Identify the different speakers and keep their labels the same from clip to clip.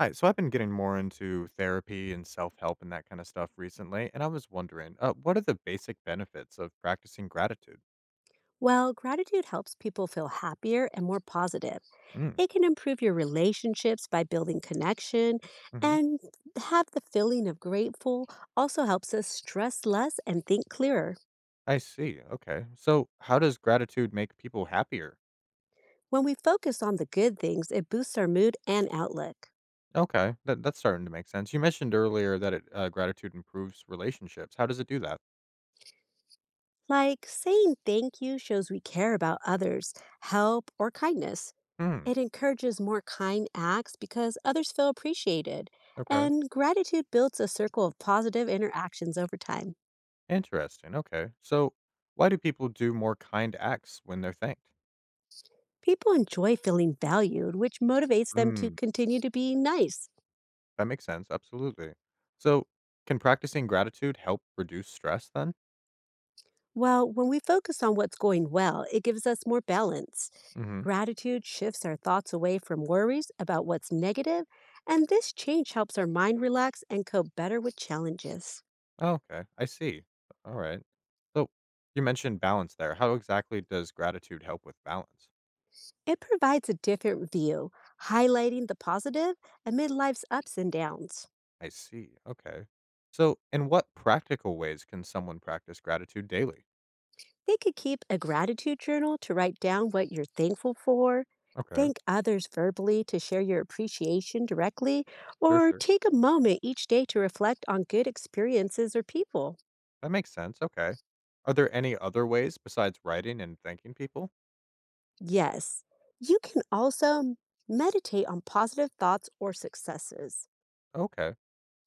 Speaker 1: Hi, so I've been getting more into therapy and self-help and that kind of stuff recently, and I was wondering, what are the basic benefits of practicing gratitude?
Speaker 2: Well, gratitude helps people feel happier and more positive.
Speaker 1: Mm,
Speaker 2: It can improve your relationships by building connection
Speaker 1: hmm.
Speaker 2: and have the feeling of grateful also helps us stress less and think clearer.
Speaker 1: I see. Okay, so how does gratitude make people happier?
Speaker 2: When we focus on the good things, it boosts our mood and outlook.
Speaker 1: Okay, that's starting to make sense. You mentioned earlier that gratitude improves relationships. How does it do that?
Speaker 2: Like saying thank you shows we care about others, help, or kindness.
Speaker 1: Hmm.
Speaker 2: It encourages more kind acts because others feel appreciated.
Speaker 1: Okay.
Speaker 2: And gratitude builds a circle of positive interactions over time.
Speaker 1: Interesting. Okay, so why do people do more kind acts when they're thanked?
Speaker 2: People enjoy feeling valued, which motivates them to
Speaker 1: Hmm.
Speaker 2: continue to be nice.
Speaker 1: That makes sense. Absolutely. So can practicing gratitude help reduce stress then?
Speaker 2: While when we focus on what's going well, it gives us more balance.
Speaker 1: Mhm.
Speaker 2: Gratitude shifts our thoughts away from worries about what's negative, and this change helps our mind relax and cope better with challenges.
Speaker 1: Oh, okay. I see. Alright. So, you mentioned balance there. How exactly does gratitude help with balance?
Speaker 2: It provides a different view, highlighting the positive amid life's ups and downs.
Speaker 1: I see. Okay. So, in what practical ways can someone practice gratitude daily?
Speaker 2: They could keep a gratitude journal to write down what you're thankful for,
Speaker 1: Okay.
Speaker 2: thank others verbally to share your appreciation directly,
Speaker 1: Sure,
Speaker 2: or
Speaker 1: sure.
Speaker 2: take a moment each day to reflect on good experiences or people.
Speaker 1: That makes sense. Okay. Are there any other ways besides writing and thanking people?
Speaker 2: Yes, you can also meditate on positive thoughts or successes.
Speaker 1: Okay.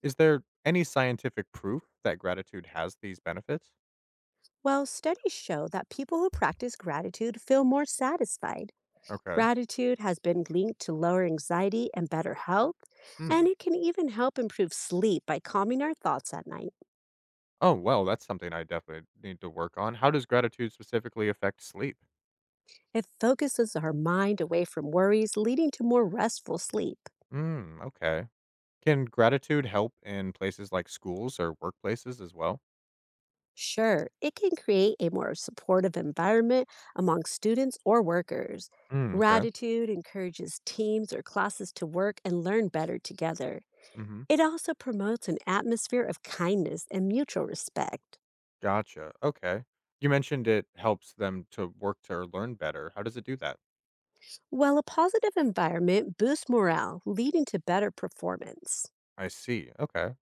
Speaker 1: Is there any scientific proof that gratitude has these benefits?
Speaker 2: Well, studies show that people who practice gratitude feel more satisfied.
Speaker 1: Okay.
Speaker 2: Gratitude has been linked to lower anxiety and better health,
Speaker 1: Hmm.
Speaker 2: and it can even help improve sleep by calming our thoughts at night.
Speaker 1: Oh, well, that's something I definitely need to work on. How does gratitude specifically affect sleep?
Speaker 2: It focuses our mind away from worries, leading to more restful sleep.
Speaker 1: Hmm. Okay. Can gratitude help in places like schools or workplaces as well?
Speaker 2: Sure, it can create a more supportive environment among students or workers.
Speaker 1: Mm, okay.
Speaker 2: Gratitude encourages teams or classes to work and learn better together.
Speaker 1: Hmm.
Speaker 2: It also promotes an atmosphere of kindness and mutual respect,
Speaker 1: Gotcha. Okay. You mentioned it helps them to work to or learn better. How does it do that?
Speaker 2: while a positive environment boosts morale, leading to better performance.
Speaker 1: I see. Okay.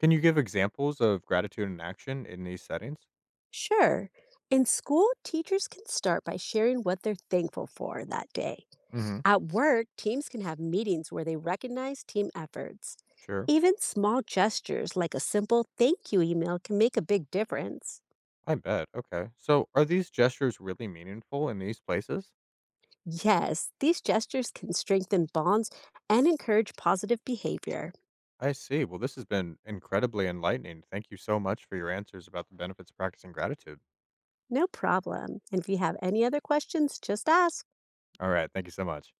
Speaker 1: Can you give examples of gratitude in action in these settings?
Speaker 2: Sure, in school, teachers can start by sharing what they're thankful for that day.
Speaker 1: Hmm.
Speaker 2: At work, teams can have meetings where they recognize team efforts.
Speaker 1: Sure.
Speaker 2: Even small gestures like a simple thank you email can make a big difference.
Speaker 1: I bet. Okay. So are these gestures really meaningful in these places?
Speaker 2: Yes, these gestures can strengthen bonds and encourage positive behavior.
Speaker 1: I see. Well, this has been incredibly enlightening. Thank you so much for your answers about the benefits of practicing gratitude.
Speaker 2: No problem. And if you have any other questions, just ask.
Speaker 1: All right. Thank you so much.